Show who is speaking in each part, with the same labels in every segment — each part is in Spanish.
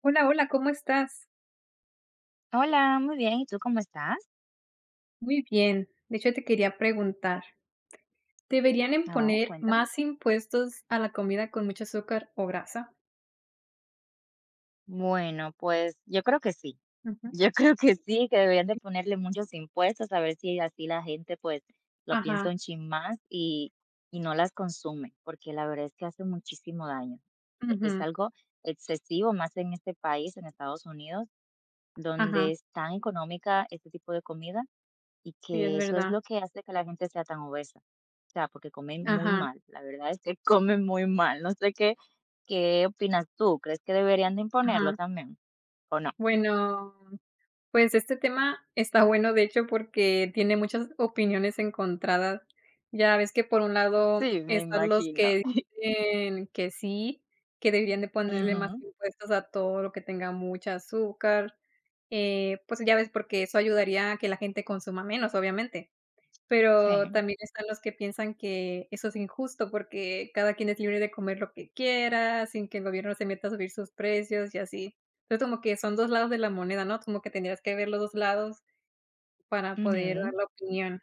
Speaker 1: Hola, hola, ¿cómo estás?
Speaker 2: Hola, muy bien. ¿Y tú cómo estás?
Speaker 1: Muy bien. De hecho, te quería preguntar, ¿deberían
Speaker 2: Oh,
Speaker 1: imponer
Speaker 2: cuéntame.
Speaker 1: más impuestos a la comida con mucho azúcar o grasa?
Speaker 2: Bueno, pues yo creo que sí.
Speaker 1: Ujú.
Speaker 2: Yo creo que
Speaker 1: Sí,
Speaker 2: sí, que deberían de
Speaker 1: sí.
Speaker 2: ponerle muchos impuestos a ver si así la gente pues lo piensa
Speaker 1: Ajá,
Speaker 2: un chin más y no las consume, porque la verdad es que hace muchísimo daño. Es
Speaker 1: ujú,
Speaker 2: algo excesivo, más en este país, en Estados Unidos,
Speaker 1: ajá,
Speaker 2: donde es tan económica este tipo de comida y
Speaker 1: sí, es
Speaker 2: que eso es
Speaker 1: verdad.
Speaker 2: lo que hace que la gente sea tan obesa. O sea, porque comen muy
Speaker 1: Ajá,
Speaker 2: mal, la verdad es que comen muy mal. No sé qué, qué opinas tú, ¿crees que deberían de imponerlo
Speaker 1: ajá.
Speaker 2: también? ¿O no?
Speaker 1: Bueno, pues este tema está bueno, de hecho, porque tiene muchas opiniones encontradas. Ya ves que por un lado
Speaker 2: Sí, me
Speaker 1: están los
Speaker 2: imagino.
Speaker 1: que dicen que sí, que deberían de ponerle más
Speaker 2: Ujú,
Speaker 1: impuestos a todo lo que tenga mucha azúcar, pues ya ves, porque eso ayudaría a que la gente consuma menos, obviamente. Pero
Speaker 2: sí,
Speaker 1: también están los que piensan que eso es injusto, porque cada quien es libre de comer lo que quiera, sin que el gobierno se meta a subir sus precios y así. Entonces, como que son 2 lados de la moneda, ¿no? Como que tendrías que ver los 2 lados para poder dar
Speaker 2: ujú.
Speaker 1: la opinión.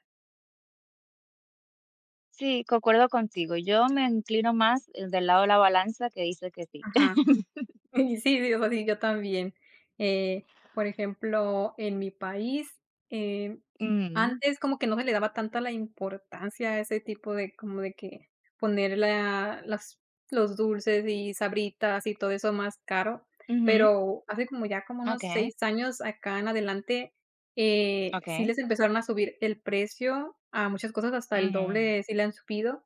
Speaker 2: Sí, concuerdo contigo. Yo me inclino más, del lado de la balanza que dice que sí.
Speaker 1: Ajá. Y sí, sí, o sea, sí, yo también. Eh, por ejemplo, en mi país, eh
Speaker 2: Ujú,
Speaker 1: antes como que no se le daba tanta la importancia a ese tipo de como de que poner la las los dulces y Sabritas y todo eso más caro,
Speaker 2: ujú,
Speaker 1: pero hace como ya como unos
Speaker 2: okay,
Speaker 1: 6 años acá en adelante, sí
Speaker 2: okey,
Speaker 1: les empezaron a subir el precio a muchas cosas, hasta el
Speaker 2: ujú,
Speaker 1: doble sí le han subido.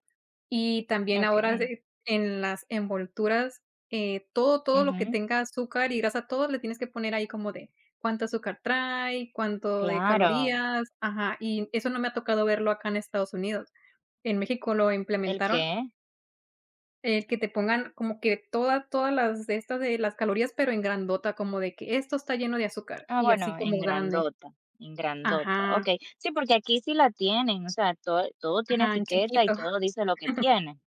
Speaker 1: Y también ahora
Speaker 2: okey,
Speaker 1: de en las envolturas, todo, todo lo que
Speaker 2: ujú,
Speaker 1: tenga azúcar y grasa, todo le tienes que poner ahí como de cuánto azúcar trae, cuánto de
Speaker 2: claro.
Speaker 1: calorías, ajá, y eso no me ha tocado verlo acá en Estados Unidos. En México lo
Speaker 2: ¿El
Speaker 1: implementaron,
Speaker 2: qué?
Speaker 1: el que te pongan como que todas las de estas de las calorías, pero en grandota, como de que esto está lleno de azúcar,
Speaker 2: Ah,
Speaker 1: y así
Speaker 2: bueno,
Speaker 1: como
Speaker 2: en
Speaker 1: grande.
Speaker 2: grandota, en grandota.
Speaker 1: Ajá,
Speaker 2: Okey. Sí, porque aquí sí la tienen, o sea, todo tiene
Speaker 1: ajá, en
Speaker 2: etiqueta y
Speaker 1: chiquito.
Speaker 2: todo dice lo que tiene.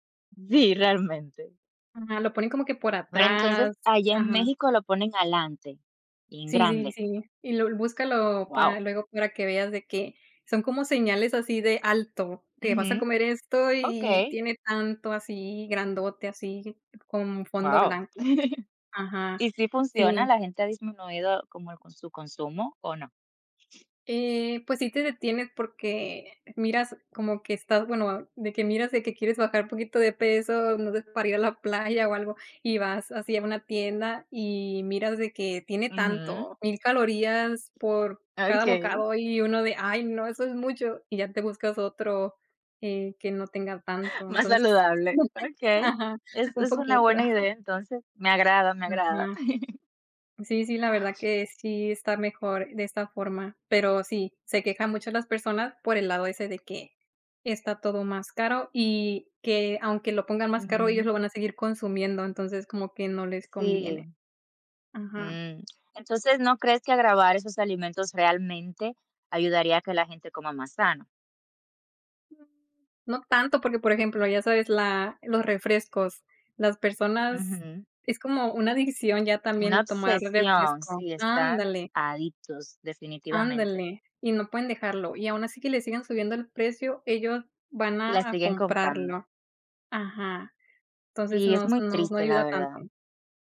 Speaker 2: Sí, realmente.
Speaker 1: Ajá, lo ponen como que por
Speaker 2: Pero entonces
Speaker 1: atrás,
Speaker 2: allá en
Speaker 1: ajá.
Speaker 2: México lo ponen alante, y en
Speaker 1: Sí, sí,
Speaker 2: grande.
Speaker 1: sí. Y lo búscalo para
Speaker 2: Wow.
Speaker 1: luego para que veas de que son como señales así de alto. Te vas
Speaker 2: Ujú.
Speaker 1: a comer esto
Speaker 2: Okey.
Speaker 1: y tiene tanto así grandote, así con fondo
Speaker 2: Wow.
Speaker 1: blanco. Ajá,
Speaker 2: ¿Y si funciona?
Speaker 1: sí.
Speaker 2: ¿La gente ha disminuido como el con su consumo o no?
Speaker 1: Pues sí te detienes porque miras como que estás, bueno, de que miras de que quieres bajar un poquito de peso, no sé, para ir a la playa o algo, y vas así a una tienda y miras de que tiene
Speaker 2: Ujú.
Speaker 1: tanto, 1.000 calorías por cada
Speaker 2: Okey.
Speaker 1: bocado y uno de, ay, no, eso es mucho, y ya te buscas otro, que no tenga tanto.
Speaker 2: Más
Speaker 1: Entonces,
Speaker 2: saludable. Okey.
Speaker 1: ajá,
Speaker 2: Es
Speaker 1: un
Speaker 2: es una
Speaker 1: poquito.
Speaker 2: buena idea, entonces. Me agrada, me
Speaker 1: Ajá.
Speaker 2: agrada.
Speaker 1: Sí, sí, la verdad que sí está mejor de esta forma, pero sí, se quejan mucho las personas por el lado ese de que está todo más caro y que aunque lo pongan más caro, ellos lo
Speaker 2: Ujú.
Speaker 1: van a seguir consumiendo, entonces como que no les
Speaker 2: Sí.
Speaker 1: conviene. Ajá.
Speaker 2: Mm, entonces, ¿no crees que agravar esos alimentos realmente ayudaría a que la gente coma más sano?
Speaker 1: No tanto, porque, por ejemplo, ya sabes, la los refrescos, las personas
Speaker 2: Ujú.
Speaker 1: es como una adicción ya
Speaker 2: Una
Speaker 1: también tomar
Speaker 2: obsesión,
Speaker 1: refresco.
Speaker 2: sí, están
Speaker 1: Ándale.
Speaker 2: adictos, definitivamente,
Speaker 1: Ándale, y no pueden dejarlo, y aún así que le sigan subiendo el precio, ellos van
Speaker 2: y la
Speaker 1: a
Speaker 2: siguen comprando.
Speaker 1: comprarlo. Ajá, entonces
Speaker 2: Sí, es
Speaker 1: no
Speaker 2: muy
Speaker 1: no no
Speaker 2: triste,
Speaker 1: ayuda
Speaker 2: la
Speaker 1: tanto.
Speaker 2: verdad,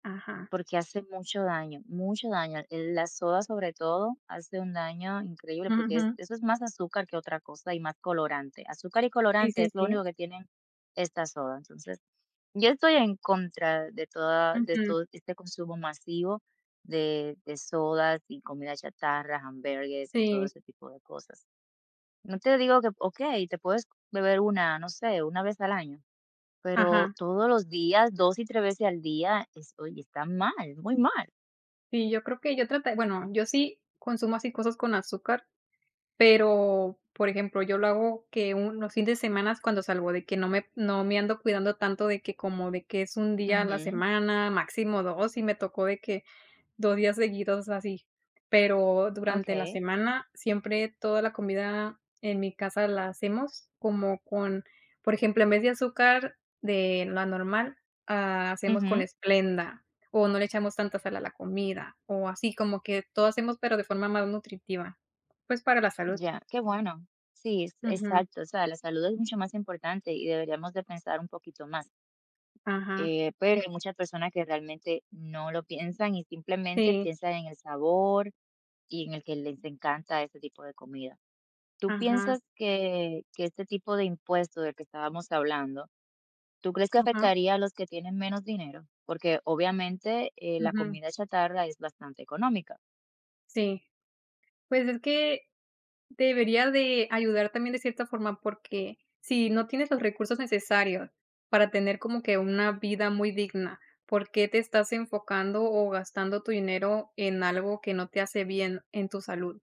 Speaker 1: Ajá.
Speaker 2: porque hace mucho daño, mucho daño. La soda, sobre todo, hace un daño increíble, porque
Speaker 1: Ujú.
Speaker 2: eso es más azúcar que otra cosa y más colorante. Azúcar y
Speaker 1: Sí,
Speaker 2: colorante
Speaker 1: sí,
Speaker 2: es lo
Speaker 1: sí.
Speaker 2: único que tienen esta soda, entonces yo estoy en contra de toda de
Speaker 1: Ujú.
Speaker 2: todo este consumo masivo de sodas y comida chatarra, hamburgues y todo
Speaker 1: Sí,
Speaker 2: ese tipo de cosas. No te digo que, okey, te puedes beber una, no sé, una vez al año, pero
Speaker 1: ajá.
Speaker 2: todos los días, 2 y 3 veces al día, es oye, está mal, muy mal.
Speaker 1: Sí, yo creo que yo traté bueno, yo sí consumo así cosas con azúcar, pero, por ejemplo, yo lo hago que un los fines de semanas cuando salgo, de que no me ando cuidando tanto de que como de que es un día a la
Speaker 2: Ujú,
Speaker 1: semana, máximo 2 y me tocó de que 2 días seguidos así, pero durante la
Speaker 2: okey,
Speaker 1: semana siempre toda la comida en mi casa la hacemos como con, por ejemplo, en vez de azúcar de la normal, ah, hacemos con
Speaker 2: ujú,
Speaker 1: esplenda o no le echamos tanta sal a la comida, o así como que todo hacemos, pero de forma más nutritiva, pues, para la salud.
Speaker 2: ya, qué bueno. Sí,
Speaker 1: Ujú,
Speaker 2: exacto, o sea, la salud es mucho más importante y deberíamos de pensar un poquito más.
Speaker 1: ajá.
Speaker 2: Pero hay muchas personas que realmente no lo piensan y simplemente
Speaker 1: Sí,
Speaker 2: piensan en el sabor y en el que les encanta este tipo de comida. ¿Tú
Speaker 1: ajá,
Speaker 2: piensas que este tipo de impuesto del que estábamos hablando, ¿tú crees que
Speaker 1: ajá,
Speaker 2: afectaría a los que tienen menos dinero? Porque obviamente la
Speaker 1: ujú.
Speaker 2: comida chatarra es bastante económica,
Speaker 1: Sí, pues, es que debería de ayudar también de cierta forma, porque si no tienes los recursos necesarios para tener como que una vida muy digna, ¿por qué te estás enfocando o gastando tu dinero en algo que no te hace bien en tu salud?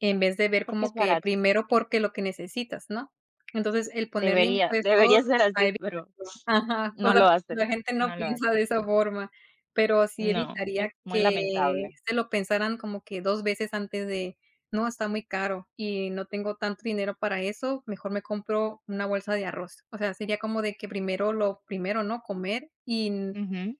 Speaker 1: En vez de ver
Speaker 2: porque es
Speaker 1: como que
Speaker 2: barato.
Speaker 1: primero porque lo que necesitas, ¿no? Entonces, el ponerle
Speaker 2: Debería, debería
Speaker 1: impuestos
Speaker 2: ser
Speaker 1: va a
Speaker 2: así, pero
Speaker 1: evitarlo. Ajá, o
Speaker 2: no
Speaker 1: sea,
Speaker 2: lo
Speaker 1: la
Speaker 2: hacen,
Speaker 1: gente no
Speaker 2: no lo
Speaker 1: piensa
Speaker 2: hacen.
Speaker 1: de esa forma, pero sí
Speaker 2: No, es
Speaker 1: evitaría
Speaker 2: muy
Speaker 1: que
Speaker 2: lamentable.
Speaker 1: se lo pensaran como que 2 veces antes de: "No, está muy caro y no tengo tanto dinero para eso, mejor me compro una bolsa de arroz". O sea, sería como de que primero lo primero, ¿no? Comer y n
Speaker 2: Ujú,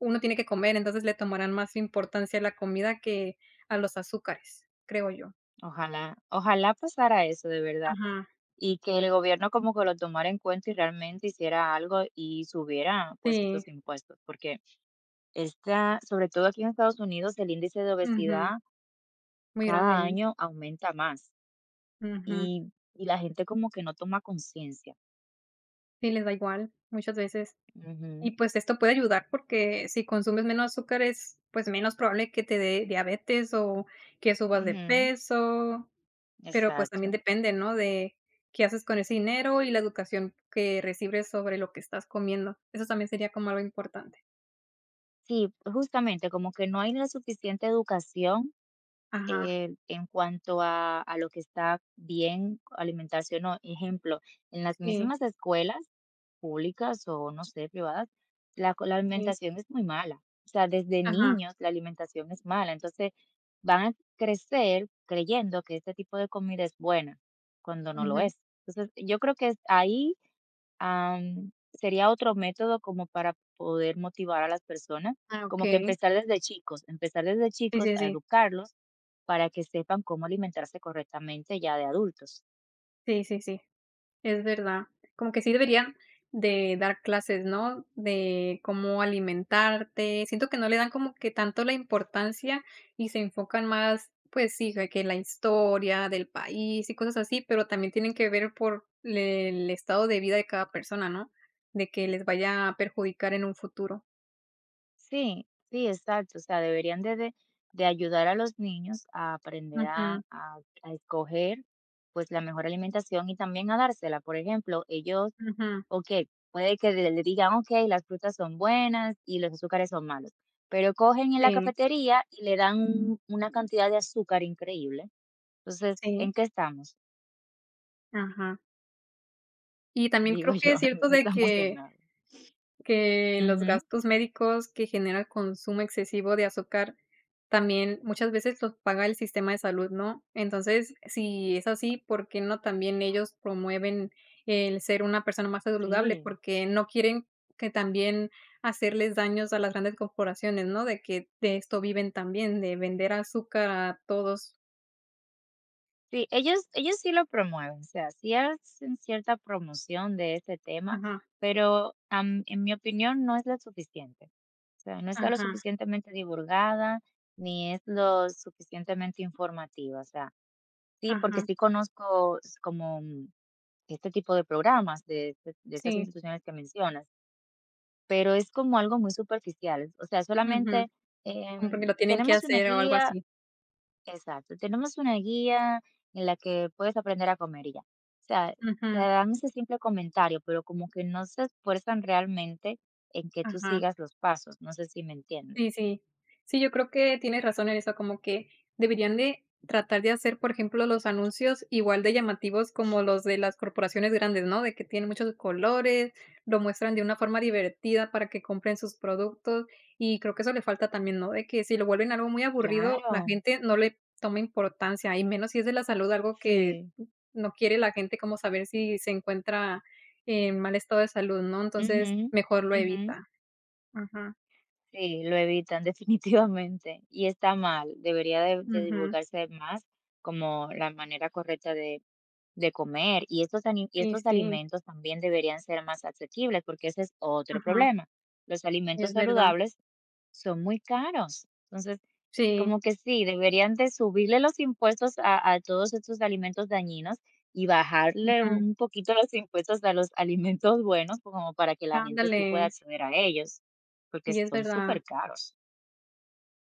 Speaker 1: uno tiene que comer, entonces le tomarán más importancia a la comida que a los azúcares, creo yo.
Speaker 2: ojalá, ojalá pasara eso de verdad.
Speaker 1: Ajá.
Speaker 2: Y que el gobierno como que lo tomara en cuenta y realmente hiciera algo y subiera, pues,
Speaker 1: Sí,
Speaker 2: estos impuestos, porque esta sobre todo aquí en Estados Unidos, el índice de
Speaker 1: ujú,
Speaker 2: obesidad
Speaker 1: muy grande,
Speaker 2: cada
Speaker 1: ¿no?
Speaker 2: año aumenta más
Speaker 1: Ujú,
Speaker 2: y y la gente como que no toma conciencia.
Speaker 1: sí, les da igual muchas veces. Y,
Speaker 2: Ujú,
Speaker 1: pues, esto puede ayudar porque si consumes menos azúcar es, pues, menos probable que te dé diabetes o que subas de
Speaker 2: ujú,
Speaker 1: peso, pero, pues, también
Speaker 2: exacto.
Speaker 1: depende, ¿no?, de qué haces con ese dinero y la educación que recibes sobre lo que estás comiendo. Eso también sería como algo importante.
Speaker 2: Sí, justamente, como que no hay la suficiente educación
Speaker 1: Ajá,
Speaker 2: en cuanto a lo que está bien alimentarse o no. Ejemplo, en las
Speaker 1: sí,
Speaker 2: mismas escuelas públicas o no sé, privadas, la, la
Speaker 1: sí,
Speaker 2: alimentación es muy mala. O sea, desde
Speaker 1: ajá,
Speaker 2: niños la alimentación es mala. Entonces van a crecer creyendo que este tipo de comida es buena cuando no lo
Speaker 1: ujú.
Speaker 2: es. Entonces yo creo que es ahí. Sería otro método como para poder motivar a las personas,
Speaker 1: Ah,
Speaker 2: como que
Speaker 1: okey.
Speaker 2: empezar desde
Speaker 1: Sí,
Speaker 2: chicos
Speaker 1: sí,
Speaker 2: a
Speaker 1: sí.
Speaker 2: educarlos para que sepan cómo alimentarse correctamente ya de adultos.
Speaker 1: Sí, sí, sí. Es verdad. Como que sí deberían de dar clases, ¿no? De cómo alimentarte. Siento que no le dan como que tanto la importancia y se enfocan más, pues sí, de que la historia del país y cosas así, pero también tienen que ver por el estado de vida de cada persona, ¿no? De que les vaya a perjudicar en un futuro.
Speaker 2: Sí, sí, exacto. O sea, deberían de ayudar a los niños a aprender
Speaker 1: Ujú,
Speaker 2: a escoger pues la mejor alimentación y también a dársela. Por ejemplo, ellos
Speaker 1: ujú.
Speaker 2: ok, puede que le digan, ok, las frutas son buenas y los azúcares son malos, pero cogen en la
Speaker 1: Sí,
Speaker 2: cafetería y le dan una cantidad de azúcar increíble. Entonces, ¿en
Speaker 1: sí,
Speaker 2: qué estamos?
Speaker 1: ajá. Y también
Speaker 2: Digo
Speaker 1: creo que
Speaker 2: yo,
Speaker 1: es cierto
Speaker 2: no
Speaker 1: de
Speaker 2: estamos en nada.
Speaker 1: que los
Speaker 2: Ujú.
Speaker 1: gastos médicos que genera el consumo excesivo de azúcar también muchas veces los paga el sistema de salud, ¿no? Entonces, si es así, ¿por qué no también ellos promueven el ser una persona más saludable?
Speaker 2: Sí,
Speaker 1: Porque no quieren que también hacerles daños a las grandes corporaciones, ¿no? De que de esto viven también, de vender azúcar a todos.
Speaker 2: sí, ellos sí lo promueven, o sea, sí hacen cierta promoción de este tema,
Speaker 1: Ajá,
Speaker 2: pero en mi opinión no es lo suficiente. O sea, no está lo
Speaker 1: ajá,
Speaker 2: suficientemente divulgada ni es lo suficientemente informativa. O sea, sí, porque
Speaker 1: ajá,
Speaker 2: sí conozco s como, este tipo de programas de estas
Speaker 1: sí,
Speaker 2: instituciones que mencionas, pero es como algo muy superficial. O sea,
Speaker 1: ujú,
Speaker 2: solamente,
Speaker 1: como porque lo tienen que
Speaker 2: tenemos una
Speaker 1: hacer o algo
Speaker 2: guía
Speaker 1: así.
Speaker 2: exacto, tenemos una guía en la que puedes aprender a comer y ya. O sea,
Speaker 1: Ujú,
Speaker 2: te dan ese simple comentario, pero como que no se esfuerzan realmente en que tú
Speaker 1: ajá.
Speaker 2: sigas los pasos, no sé si me entiendes.
Speaker 1: Sí, sí. Sí, yo creo que tienes razón en eso, como que deberían de tratar de hacer, por ejemplo, los anuncios igual de llamativos como los de las corporaciones grandes, ¿no? De que tienen muchos colores, lo muestran de una forma divertida para que compren sus productos y creo que eso le falta también, ¿no? De que si lo vuelven algo muy aburrido,
Speaker 2: Claro,
Speaker 1: la gente no le toma importancia y menos si es de la salud, algo que
Speaker 2: sí.
Speaker 1: no quiere la gente como saber si se encuentra en mal estado de salud, ¿no?
Speaker 2: Ujú,
Speaker 1: Entonces, mejor lo
Speaker 2: ujú.
Speaker 1: evita. Ajá.
Speaker 2: Sí, lo evitan definitivamente y está mal, debería de
Speaker 1: Ujú.
Speaker 2: divulgarse más como la manera correcta de comer y estos ani y
Speaker 1: Sí,
Speaker 2: estos
Speaker 1: sí,
Speaker 2: alimentos también deberían ser más asequibles, porque ese es otro
Speaker 1: ajá,
Speaker 2: problema. Los
Speaker 1: sí,
Speaker 2: alimentos
Speaker 1: es verdad.
Speaker 2: saludables son muy caros, entonces
Speaker 1: Sí,
Speaker 2: como que sí, deberían de subirle los impuestos a todos estos alimentos dañinos y bajarle
Speaker 1: ujú,
Speaker 2: un poquito los impuestos a los alimentos buenos, como para que la gente sí pueda
Speaker 1: ándale,
Speaker 2: acceder a ellos, porque
Speaker 1: sí, es
Speaker 2: son
Speaker 1: verdad.
Speaker 2: súper caros.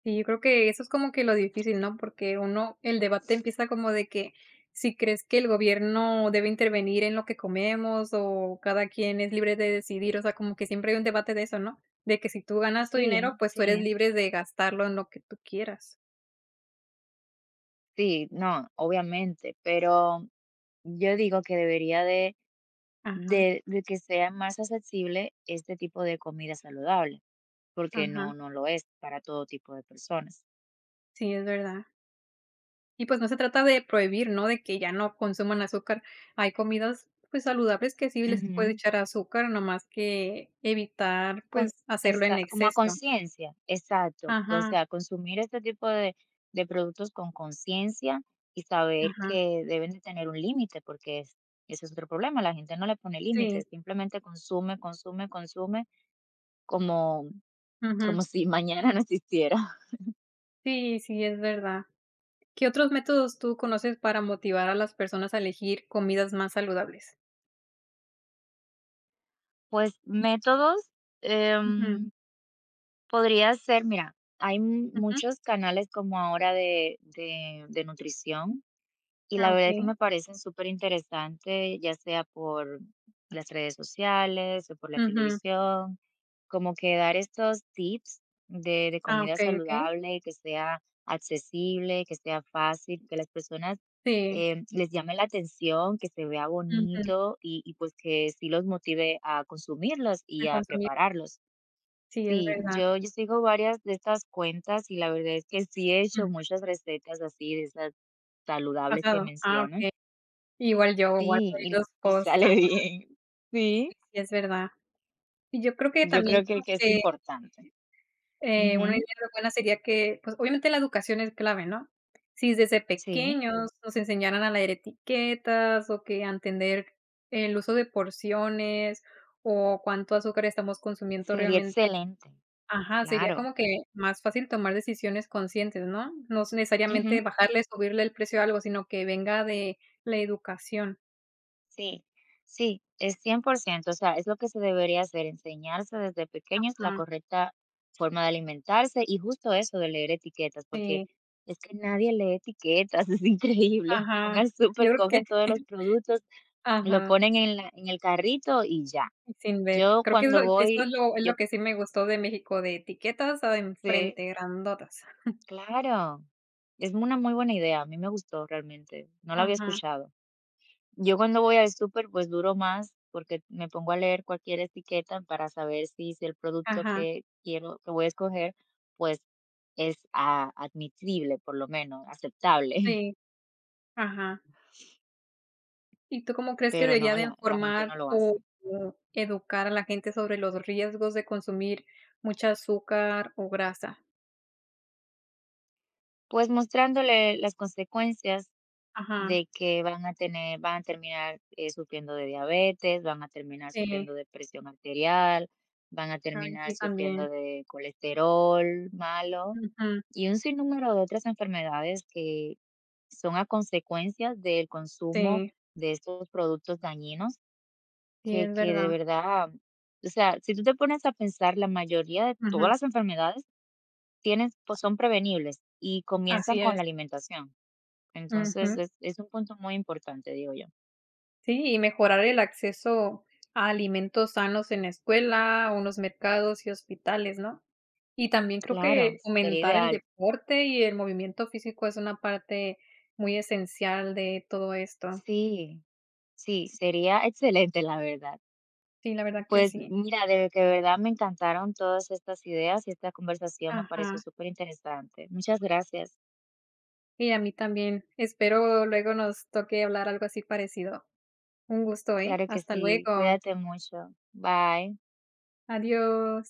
Speaker 1: Sí, yo creo que eso es como que lo difícil, ¿no? Porque uno el debate empieza como de que si crees que el gobierno debe intervenir en lo que comemos o cada quien es libre de decidir, o sea, como que siempre hay un debate de eso, ¿no? De que si tú ganas tu
Speaker 2: Sí,
Speaker 1: dinero, pues tú eres
Speaker 2: sí,
Speaker 1: libre de gastarlo en lo que tú quieras.
Speaker 2: sí, no, obviamente, pero yo digo que debería de
Speaker 1: Ajá,
Speaker 2: de de que sea más accesible este tipo de comida saludable, porque
Speaker 1: ajá,
Speaker 2: no no lo es para todo tipo de personas.
Speaker 1: sí, es verdad. Y pues no se trata de prohibir, ¿no? De que ya no consuman azúcar. Hay comidas, pues, saludables que sí les puede
Speaker 2: Ujú.
Speaker 1: echar azúcar, nomás que evitar,
Speaker 2: Con
Speaker 1: pues, hacerlo en
Speaker 2: esa como a
Speaker 1: exceso.
Speaker 2: conciencia, exacto. O
Speaker 1: Ajá,
Speaker 2: sea, consumir este tipo de productos con conciencia y saber
Speaker 1: ajá,
Speaker 2: que deben de tener un límite, porque es ese es otro problema, la gente no le pone
Speaker 1: sí,
Speaker 2: límites, simplemente consume, consume, consume, como
Speaker 1: ujú.
Speaker 2: como si mañana no existiera.
Speaker 1: Sí, sí, es verdad. ¿Qué otros métodos tú conoces para motivar a las personas a elegir comidas más saludables?
Speaker 2: Pues, métodos,
Speaker 1: Ujú,
Speaker 2: em, podría ser, mira, hay
Speaker 1: ujú.
Speaker 2: muchos canales como ahora de nutrición. Y la
Speaker 1: Ah,
Speaker 2: verdad es que
Speaker 1: okey.
Speaker 2: me parecen súper interesantes ya sea por las redes sociales o por la
Speaker 1: Ujú.
Speaker 2: televisión, como que dar estos tips de
Speaker 1: Ah,
Speaker 2: comida
Speaker 1: okay, okay.
Speaker 2: saludable, que sea accesible, que sea fácil, que las personas,
Speaker 1: Sí.
Speaker 2: les llame la atención, que se vea
Speaker 1: Ujú.
Speaker 2: bonito y, pues, que sí los motive a consumirlos y
Speaker 1: A
Speaker 2: a
Speaker 1: consumir.
Speaker 2: prepararlos.
Speaker 1: Sí, es
Speaker 2: Sí,
Speaker 1: verdad.
Speaker 2: yo sigo varias de estas cuentas y la verdad es que sí he
Speaker 1: Ujú.
Speaker 2: hecho muchas recetas así, de esas saludables que
Speaker 1: Pasado. Ah,
Speaker 2: mencionan.
Speaker 1: okay. Igual yo guardo
Speaker 2: Sí,
Speaker 1: ahí los
Speaker 2: y
Speaker 1: posts.
Speaker 2: sale bien. Sí,
Speaker 1: Sí, sí, es verdad. Y yo creo que
Speaker 2: yo
Speaker 1: también
Speaker 2: creo
Speaker 1: como
Speaker 2: que es
Speaker 1: que,
Speaker 2: importante.
Speaker 1: una idea
Speaker 2: Ujú,
Speaker 1: buena sería que, pues, obviamente la educación es clave, ¿no? Si desde
Speaker 2: sí,
Speaker 1: pequeños nos enseñaran a leer etiquetas o que a entender el uso de porciones o cuánto azúcar estamos consumiendo
Speaker 2: sería
Speaker 1: realmente
Speaker 2: excelente,
Speaker 1: ajá, sería
Speaker 2: claro.
Speaker 1: como que más fácil tomar decisiones conscientes, ¿no? No es
Speaker 2: Ujú.
Speaker 1: necesariamente bajarle, subirle el precio a algo, sino que venga de la educación.
Speaker 2: Sí, sí, es 100%. O sea, es lo que se debería hacer, enseñarse desde pequeños la
Speaker 1: Ajá,
Speaker 2: correcta forma de alimentarse y justo eso de leer etiquetas, porque
Speaker 1: sí,
Speaker 2: es que nadie lee etiquetas, es increíble. Van
Speaker 1: ajá.
Speaker 2: al
Speaker 1: Yo
Speaker 2: súper,
Speaker 1: creo que
Speaker 2: cogen todos los productos, lo
Speaker 1: ajá.
Speaker 2: ponen en la, en el carrito y ya.
Speaker 1: Sin ver.
Speaker 2: Yo
Speaker 1: Creo que eso
Speaker 2: cuando
Speaker 1: eso es
Speaker 2: voy,
Speaker 1: lo es lo
Speaker 2: yo
Speaker 1: que sí me gustó de México, de etiquetas a
Speaker 2: sé,
Speaker 1: enfrente, grandotas.
Speaker 2: claro, es una muy buena idea, a mí me gustó realmente, no la había
Speaker 1: Ajá,
Speaker 2: escuchado. Yo cuando voy al súper, pues duro más porque me pongo a leer cualquier etiqueta para saber si, si el producto
Speaker 1: ajá,
Speaker 2: que quiero, que voy a escoger, pues es ah, admisible, por lo menos, aceptable.
Speaker 1: sí, ajá. ¿Y tú cómo crees que
Speaker 2: Pero
Speaker 1: debería
Speaker 2: no,
Speaker 1: de
Speaker 2: la gente no
Speaker 1: informar
Speaker 2: lo hace.
Speaker 1: o educar a la gente sobre los riesgos de consumir mucha azúcar o grasa?
Speaker 2: Pues mostrándole las consecuencias
Speaker 1: Ajá,
Speaker 2: de que van a tener, van a terminar sufriendo de diabetes, van a terminar
Speaker 1: sí,
Speaker 2: sufriendo de presión arterial, van a
Speaker 1: ay,
Speaker 2: terminar
Speaker 1: sí,
Speaker 2: sufriendo
Speaker 1: también.
Speaker 2: de colesterol malo
Speaker 1: Ujú,
Speaker 2: y un sinnúmero de otras enfermedades que son a consecuencia del consumo
Speaker 1: sí,
Speaker 2: de estos productos dañinos
Speaker 1: sí, es
Speaker 2: que de
Speaker 1: verdad.
Speaker 2: verdad, o sea, si tú te pones a pensar, la mayoría de todas
Speaker 1: Ujú,
Speaker 2: las enfermedades tienen, pues son prevenibles y comienzan
Speaker 1: así
Speaker 2: con
Speaker 1: es.
Speaker 2: la alimentación. Entonces,
Speaker 1: Ujú.
Speaker 2: es un punto muy importante, digo yo.
Speaker 1: Sí, y mejorar el acceso a alimentos sanos en la escuela, unos mercados y hospitales, ¿no? Y también creo
Speaker 2: Claro,
Speaker 1: que
Speaker 2: sería
Speaker 1: fomentar el
Speaker 2: ideal.
Speaker 1: deporte y el movimiento físico es una parte muy esencial de todo esto.
Speaker 2: Sí, sí, sería excelente, la verdad.
Speaker 1: Sí, la verdad que
Speaker 2: Pues
Speaker 1: sí.
Speaker 2: mira, de que de verdad me encantaron todas estas ideas y esta conversación me pareció
Speaker 1: Ajá.
Speaker 2: súper interesante. Muchas gracias.
Speaker 1: Y a mí también. Espero luego nos toque hablar algo así parecido. Un gusto, ¿eh?
Speaker 2: Claro que
Speaker 1: Hasta
Speaker 2: sí.
Speaker 1: luego.
Speaker 2: Cuídate mucho. Bye.
Speaker 1: Adiós.